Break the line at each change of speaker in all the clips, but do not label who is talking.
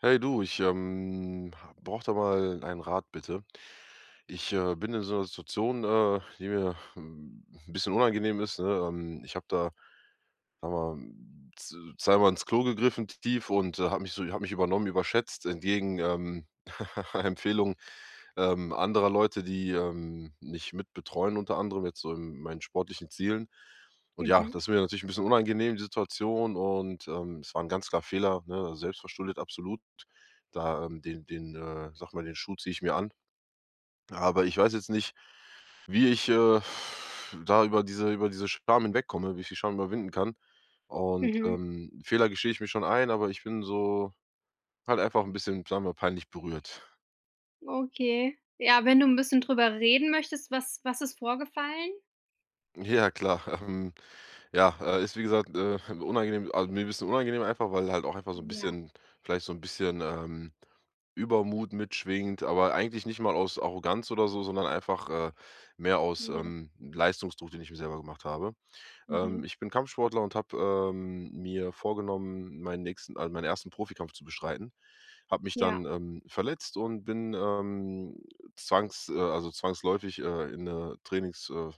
Hey du, ich da mal einen Rat bitte. Ich bin in so einer Situation, die mir ein bisschen unangenehm ist. Ne? Ich habe da sag mal, zweimal ins Klo gegriffen tief und habe mich so, habe mich übernommen, überschätzt, entgegen Empfehlungen anderer Leute, die, nicht mitbetreuen unter anderem jetzt so in meinen sportlichen Zielen. Und ja,
Mhm,
das ist mir natürlich ein bisschen unangenehm, die Situation und, es war 'n ganz klar Fehler, ne, also selbstverschuldet absolut. Da, sage mal, den Schuh ziehe ich mir an. Aber ich weiß jetzt nicht, wie ich, da über diese Scham hinwegkomme, wie ich die Scham überwinden kann. Und,
mhm,
Fehler gestehe ich mir schon ein, aber ich bin so halt einfach ein bisschen, sagen wir, peinlich berührt.
okay. Ja, wenn du 'n bisschen drüber reden möchtest, was ist vorgefallen?
Ja, klar. Ja, ist wie gesagt, unangenehm also, mir 'n bisschen unangenehm einfach, weil halt auch einfach so ein
Ja.
bisschen vielleicht so ein bisschen, Übermut mitschwingt, aber eigentlich nicht mal aus Arroganz oder so, sondern einfach, mehr aus,
Mhm,
Leistungsdruck, den ich mir selber gemacht habe. Ähm,
mhm,
ich bin Kampfsportler und habe, mir vorgenommen, meinen nächsten also, meinen ersten Profikampf zu bestreiten. Habe mich dann,
ja,
verletzt und bin, zwangs also, zwangsläufig, in 'ne Trainings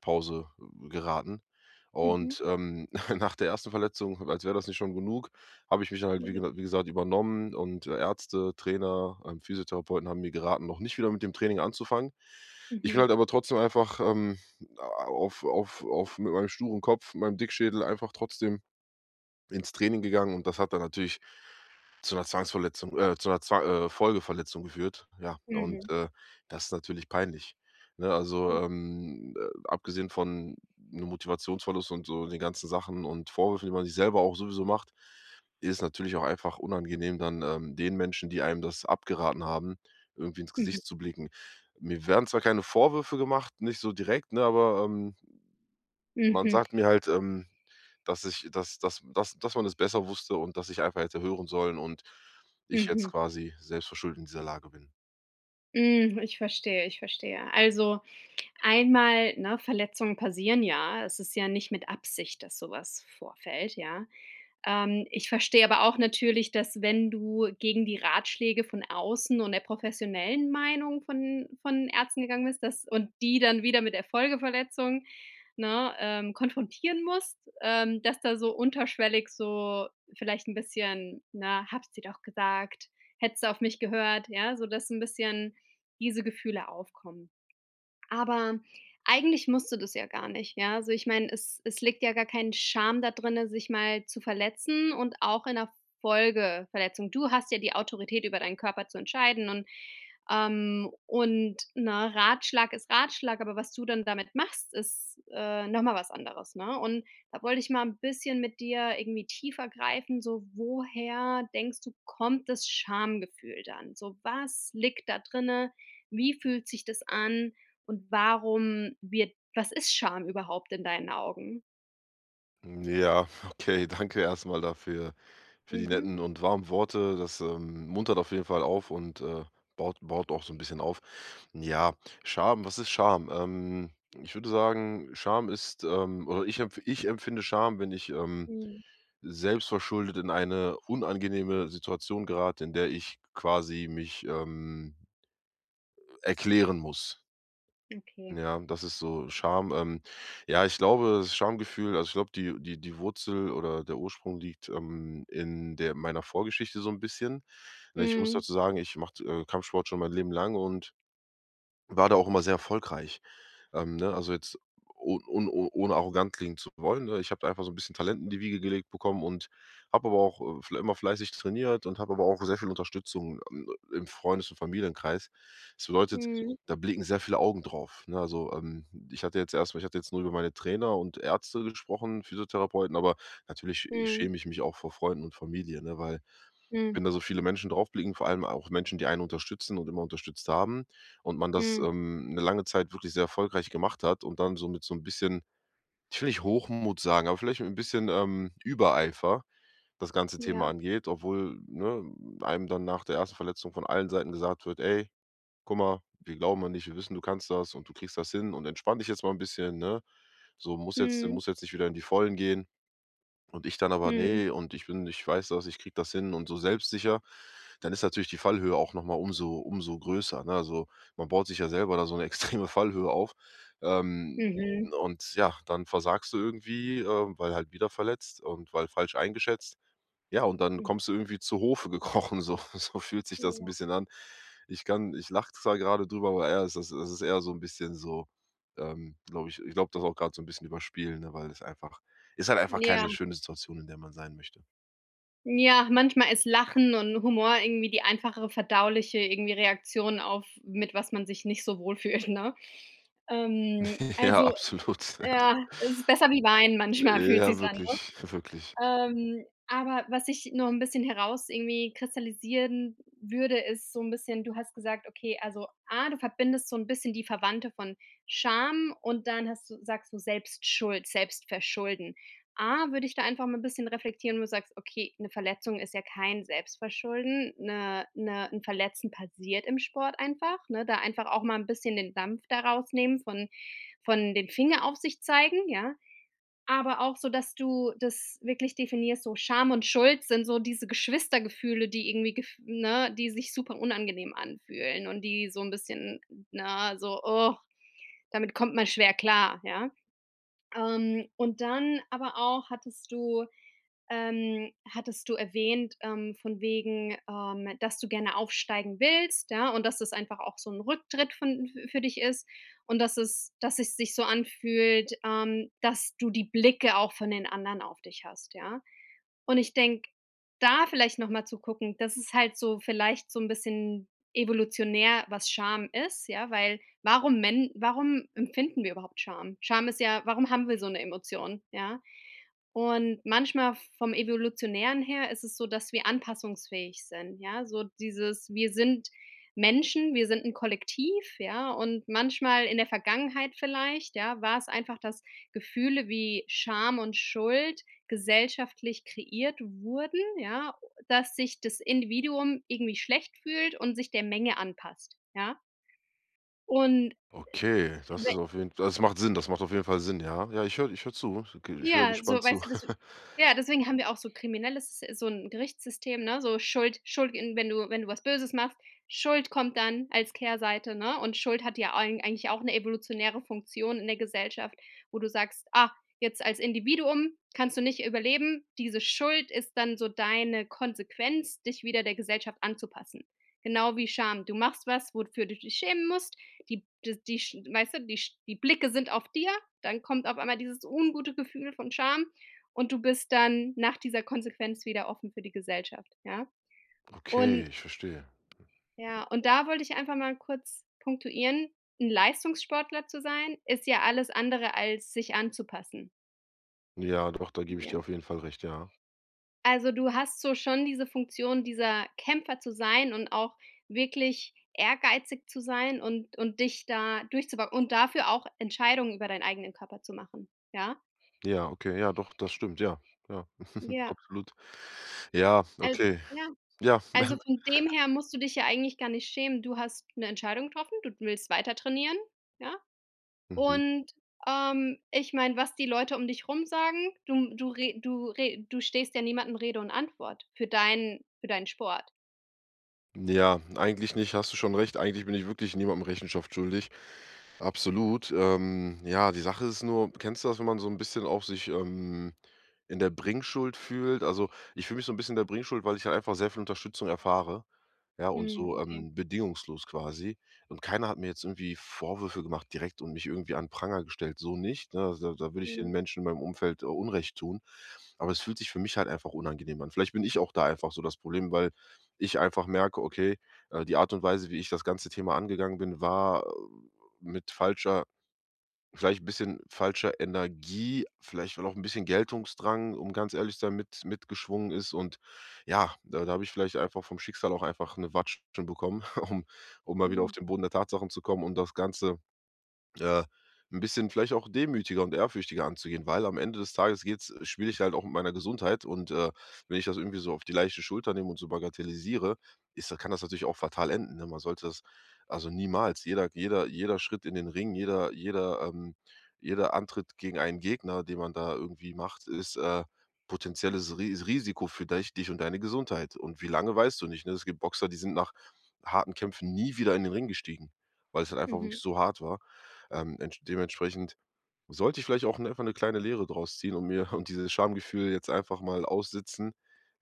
pause geraten.
mhm,
Und, nach der ersten Verletzung, als wäre das nicht schon genug, habe ich mich dann halt,
mhm,
wie gesagt, übernommen und Ärzte, Trainer, Physiotherapeuten haben mir geraten, noch nicht wieder mit dem Training anzufangen. Ich bin
mhm,
halt aber trotzdem einfach, auf mit meinem sturen Kopf, meinem Dickschädel einfach trotzdem ins Training gegangen und das hat dann natürlich zu einer Zwangsverletzung zu einer Zwa Folgeverletzung geführt, ja. Und,
mhm,
das ist natürlich peinlich, ne? Also,
gut,
abgesehen von einem Motivationsverlust und so den ganzen Sachen und Vorwürfen, die man sich selber auch sowieso macht, ist natürlich auch einfach unangenehm dann, den Menschen, die einem das abgeraten haben, irgendwie ins
mhm,
Gesicht zu blicken. Mir werden zwar keine Vorwürfe gemacht, nicht so direkt, ne, aber, man
mhm,
sagt mir halt, dass ich dass man es besser wusste und dass ich einfach hätte hören sollen und ich jetzt
mhm.
quasi selbstverschuldet in dieser Lage bin.
Ich verstehe, ich verstehe. Also, einmal, ne, Verletzungen passieren ja. Es ist ja nicht mit Absicht, dass so was vorfällt, ja. Ich verstehe aber auch natürlich, dass wenn du gegen die Ratschläge von außen und der professionellen Meinung von Ärzten gegangen bist, dass und die dann wieder mit der Folgeverletzung, ne, konfrontieren musst, dass da so unterschwellig so vielleicht ein bisschen: „Na, hab's dir doch gesagt. Hättest du auf mich gehört", ja, so dass ein bisschen diese Gefühle aufkommen. Aber eigentlich musst du das ja gar nicht, ja? Also, ich meine, es liegt ja gar kein Scham da drinne, sich mal zu verletzen und auch in der Folgeverletzung. Du hast ja die Autorität, über deinen Körper zu entscheiden und, ne, Ratschlag ist Ratschlag, aber was du dann damit machst, ist, noch mal was anderes, ne? Und da wollte ich mal ein bisschen mit dir irgendwie tiefer greifen, so woher denkst du, kommt das Schamgefühl dann? So, was liegt da drinne? Wie fühlt sich das an? Und warum wird was ist Scham überhaupt in deinen Augen?
Hm, ja, okay, danke erstmal dafür für die
Mhm.
netten und warmen Worte. Das, muntert auf jeden Fall auf und, baut auch so ein bisschen auf. Ja, Scham, was ist Scham? Ich würde sagen, Scham ist, oder ich empf ich empfinde Scham, wenn ich,
Mhm.
selbstverschuldet in eine unangenehme Situation gerate, in der ich quasi mich, erklären muss.
Okay.
Ja, das ist so Scham. Ja, ich glaube, das Schamgefühl also, ich glaube, die Wurzel oder der Ursprung liegt, in der meiner Vorgeschichte so ein bisschen. Ne, ich muss
Mhm.
dazu sagen, ich mache, Kampfsport schon mein Leben lang und war da auch immer sehr erfolgreich. Ne, also jetzt oh un o ohne arrogant klingen zu wollen, ne? Ich habe einfach so ein bisschen Talent in die Wiege gelegt bekommen und habe aber auch, fle immer fleißig trainiert und habe aber auch sehr viel Unterstützung, im Freundes und Familienkreis. Das bedeutet,
Mhm.
da blicken sehr viele Augen drauf, ne? Also, ich hatte jetzt nur über meine Trainer und Ärzte gesprochen, Physiotherapeuten, aber natürlich
Mhm.
schäme ich mich auch vor Freunden und Familie, ne, weil
Mhm.
wenn da so viele Menschen draufblicken, vor allem auch Menschen, die einen unterstützen und immer unterstützt haben und man das,
Mhm.
'ne lange Zeit wirklich sehr erfolgreich gemacht hat und dann so mit so ein bisschen ich will nicht Hochmut sagen, aber vielleicht mit ein bisschen, Übereifer das ganze Thema
Ja.
angeht, obwohl, ne, einem dann nach der ersten Verletzung von allen Seiten gesagt wird: „Ey, guck mal, wir glauben an dich, wir wissen, du kannst das und du kriegst das hin und entspann dich jetzt mal ein bisschen, ne? So,
Mhm.
muss jetzt nicht wieder in die Vollen gehen.“ Und ich dann aber:
Mhm.
nee und ich weiß das, ich krieg das hin“ und so selbstsicher, dann ist natürlich die Fallhöhe auch noch mal umso größer, ne? Also, man baut sich ja selber da so eine extreme Fallhöhe auf. Ähm,
Mhm.
und ja, dann versagst du irgendwie, weil halt wieder verletzt und weil falsch eingeschätzt. Ja, und dann
Mhm.
kommst du irgendwie zu Hofe gekrochen, so so fühlt sich das ein
Ja.
bisschen an. Ich lache zwar gerade drüber, aber eher ist das ist eher so ein bisschen so, glaube ich ich glaube, das auch gerade so ein bisschen überspielen, ne, weil es einfach ist halt einfach
Ja.
keine schöne Situation, in der man sein möchte.
Ja, manchmal ist Lachen und Humor irgendwie die einfachere verdauliche irgendwie Reaktion auf mit was man sich nicht so wohlfühlt, ne? Ähm,
Ja,
also,
absolut. Ja.
ja, es ist besser wie Wein. Manchmal fühlt
Ja,
sich's an.
wirklich, wirklich.
Aber was ich noch ein bisschen heraus irgendwie kristallisieren würde, ist so ein bisschen du hast gesagt, okay, also, A, du verbindest so ein bisschen die Verwandte von Scham und dann hast du sagst du Selbstschuld, Selbstverschulden. A, würde ich da einfach mal ein bisschen reflektieren, wo du sagst: „Okay, eine Verletzung ist ja kein Selbstverschulden, 'n Verletzen passiert im Sport einfach", ne? Da einfach auch mal ein bisschen den Dampf daraus nehmen von den Finger auf sich zeigen, ja? Aber auch so, dass du das wirklich definierst, so Scham und Schuld sind so diese Geschwistergefühle, die irgendwie gef ne, die sich super unangenehm anfühlen und die so ein bisschen, na, so: „Oh, damit kommt man schwer klar", ja? Und dann aber auch hattest du erwähnt, von wegen, dass du gerne aufsteigen willst, ja, und dass es einfach auch so ein Rücktritt von f für dich ist und dass es sich so anfühlt, dass du die Blicke auch von den anderen auf dich hast, ja? Und ich denke, da vielleicht noch mal zu gucken, das ist halt so vielleicht so ein bisschen evolutionär, was Scham ist, ja, weil warum empfinden wir überhaupt Scham? Scham ist ja warum haben wir so eine Emotion, ja? Und manchmal vom Evolutionären her ist es so, dass wir anpassungsfähig sind, ja? So dieses wir sind Menschen, wir sind ein Kollektiv, ja? Und manchmal in der Vergangenheit vielleicht, ja, war es einfach, dass Gefühle wie Scham und Schuld gesellschaftlich kreiert wurden, ja, dass sich das Individuum irgendwie schlecht fühlt und sich der Menge anpasst, ja? Und
Okay, das ist auf jeden Fall, das macht Sinn, das macht auf jeden Fall Sinn, ja. Ja, ich höre zu. Ich höre
Ja,
gespannt
so,
zu.
weißt du, das ja, deswegen haben wir auch so kriminelles Sys so 'n Gerichtssystem, ne? So Schuld in wenn du was Böses machst, Schuld kommt dann als Kehrseite, ne? Und Schuld hat ja eigentlich auch 'ne evolutionäre Funktion in der Gesellschaft, wo du sagst: „Ah, jetzt als Individuum kannst du nicht überleben. Diese Schuld ist dann so deine Konsequenz, dich wieder der Gesellschaft anzupassen." Genau wie Scham. Du machst was, wofür du dich schämen musst. Die d die sch Weißt du, die Blicke sind auf dir. Dann kommt auf einmal dieses ungute Gefühl von Scham und du bist dann nach dieser Konsequenz wieder offen für die Gesellschaft, ja?
Okay,
Und
ich verstehe.
ja, und da wollte ich einfach mal kurz punktuieren, 'n Leistungssportler zu sein, ist ja alles andere als sich anzupassen.
Ja, doch, da gebe ich
Ja.
dir auf jeden Fall recht, ja.
Also, du hast so schon diese Funktion, dieser Kämpfer zu sein und auch wirklich ehrgeizig zu sein und dich da durchzubok und dafür auch Entscheidungen über deinen eigenen Körper zu machen, ja?
Ja, okay, ja, doch, das stimmt, ja, ja,
Ja,
absolut. Ja,
als
okay,
ja.
ja.
Also, von dem her musst du dich ja eigentlich gar nicht schämen. Du hast 'ne Entscheidung getroffen, du willst weiter trainieren, ja?
Mhm.
Und, ich meine, was die Leute um dich rum sagen, du stehst ja niemandem Rede und Antwort für deinen Sport.
Ja, eigentlich nicht, hast du schon recht. Eigentlich bin ich wirklich niemandem Rechenschaft schuldig. Absolut. Ja, die Sache ist nur, kennst du das, wenn man so ein bisschen auch sich, in der Bringschuld fühlt? Also, ich fühle mich so ein bisschen in der Bringschuld, weil ich halt einfach sehr viel Unterstützung erfahre. Ja, und
Mhm,
so,
okay.
bedingungslos quasi. Und keiner hat mir jetzt irgendwie Vorwürfe gemacht direkt und mich irgendwie an Pranger gestellt, so nicht, ne? Also, da würde ich den
Mhm,
Menschen in meinem Umfeld, Unrecht tun. Aber es fühlt sich für mich halt einfach unangenehm an. Vielleicht bin ich auch da einfach so das Problem, weil ich einfach merke, okay, die Art und Weise, wie ich das ganze Thema angegangen bin, war, mit falscher vielleicht ein bisschen falscher Energie, vielleicht, weil auch ein bisschen Geltungsdrang, um ganz ehrlich zu sein, mitgeschwungen ist und ja, da habe ich vielleicht einfach vom Schicksal auch einfach eine Watschen bekommen, um mal wieder auf
mhm,
den Boden der Tatsachen zu kommen und das Ganze äh, 'n bisschen vielleicht auch demütiger und ehrfürchtiger anzugehen, weil am Ende des Tages geht's spiele ich halt auch mit meiner Gesundheit und, wenn ich das irgendwie so auf die leichte Schulter nehme und so bagatellisiere, ist da kann das natürlich auch fatal enden, ne? Man sollte das also niemals. Jeder jeder Schritt in den Ring, jeder, jeder Antritt gegen einen Gegner, den man da irgendwie macht, ist, potenzielles Risiko für dich und deine Gesundheit. Und wie lange, weißt du nicht, ne? Es gibt Boxer, die sind nach harten Kämpfen nie wieder in den Ring gestiegen, weil's halt einfach
mhm.
wirklich so hart war. Entsch dementsprechend sollte ich vielleicht auch 'ne einfach eine kleine Lehre draus ziehen und mir und dieses Schamgefühl jetzt einfach mal aussitzen.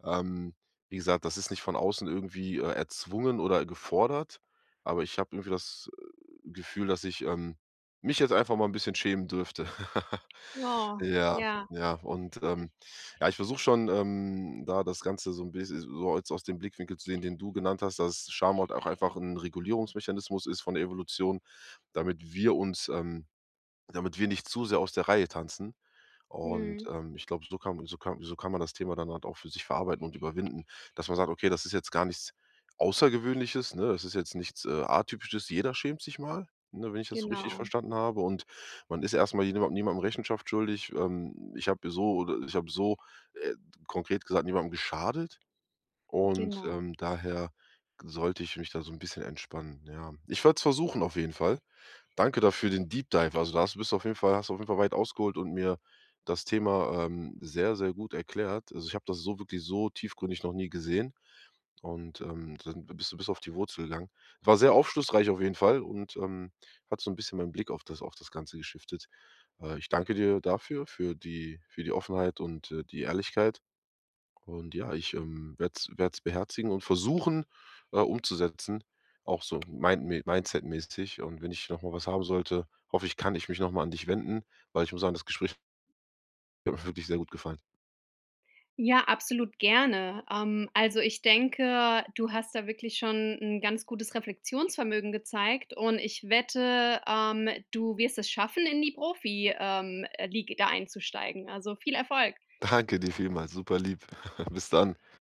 Ähm, wie gesagt, das ist nicht von außen irgendwie, erzwungen oder gefordert, aber ich habe irgendwie das, Gefühl, dass ich, mich jetzt einfach mal ein bisschen schämen dürfte.
Oh,
Ja,
ja.
ja, und, ja, ich versuche schon, da das Ganze so ein bisschen so jetzt aus dem Blickwinkel zu sehen, den du genannt hast, dass Scham halt auch einfach ein Regulierungsmechanismus ist von der Evolution, damit wir uns, damit wir nicht zu sehr aus der Reihe tanzen. Und,
Mhm,
ich glaube, so kann so kann man das Thema dann halt auch für sich verarbeiten und überwinden, dass man sagt: „Okay, das ist jetzt gar nichts Außergewöhnliches, ne? Das ist jetzt nichts, Atypisches. Jeder schämt sich mal“, ne, wenn ich das so richtig
genau,
verstanden habe. Und man ist erstmal mal niemandem Rechenschaft schuldig. Ich habe so oder ich habe so, äh, konkret gesagt, niemandem geschadet. Und,
genau.
daher sollte ich mich da so ein bisschen entspannen, ja. Ich werde es versuchen auf jeden Fall. Danke dafür den Deep Dive. Also, da hast du bist auf jeden Fall hast du auf jeden Fall weit ausgeholt und mir das Thema, sehr, sehr gut erklärt. Also, ich habe das so wirklich so tiefgründig noch nie gesehen und, dann bist du bis auf die Wurzel gegangen. War sehr aufschlussreich auf jeden Fall und, hat so ein bisschen meinen Blick auf das Ganze geschiftet. Ich danke dir dafür, für die Offenheit und, die Ehrlichkeit. Und ja, ich, werde es beherzigen und versuchen, umzusetzen, auch so mindsetmäßig. Und wenn ich noch mal was haben sollte, hoffe ich, kann ich mich noch mal an dich wenden, weil ich muss sagen, das Gespräch hat mir wirklich sehr gut gefallen.
Ja, absolut gerne. Also ich denke, du hast da wirklich schon ein ganz gutes Reflexionsvermögen gezeigt und ich wette, du wirst es schaffen, in die Profi League da einzusteigen. Also viel Erfolg.
Danke dir vielmals, super lieb. Bis dann.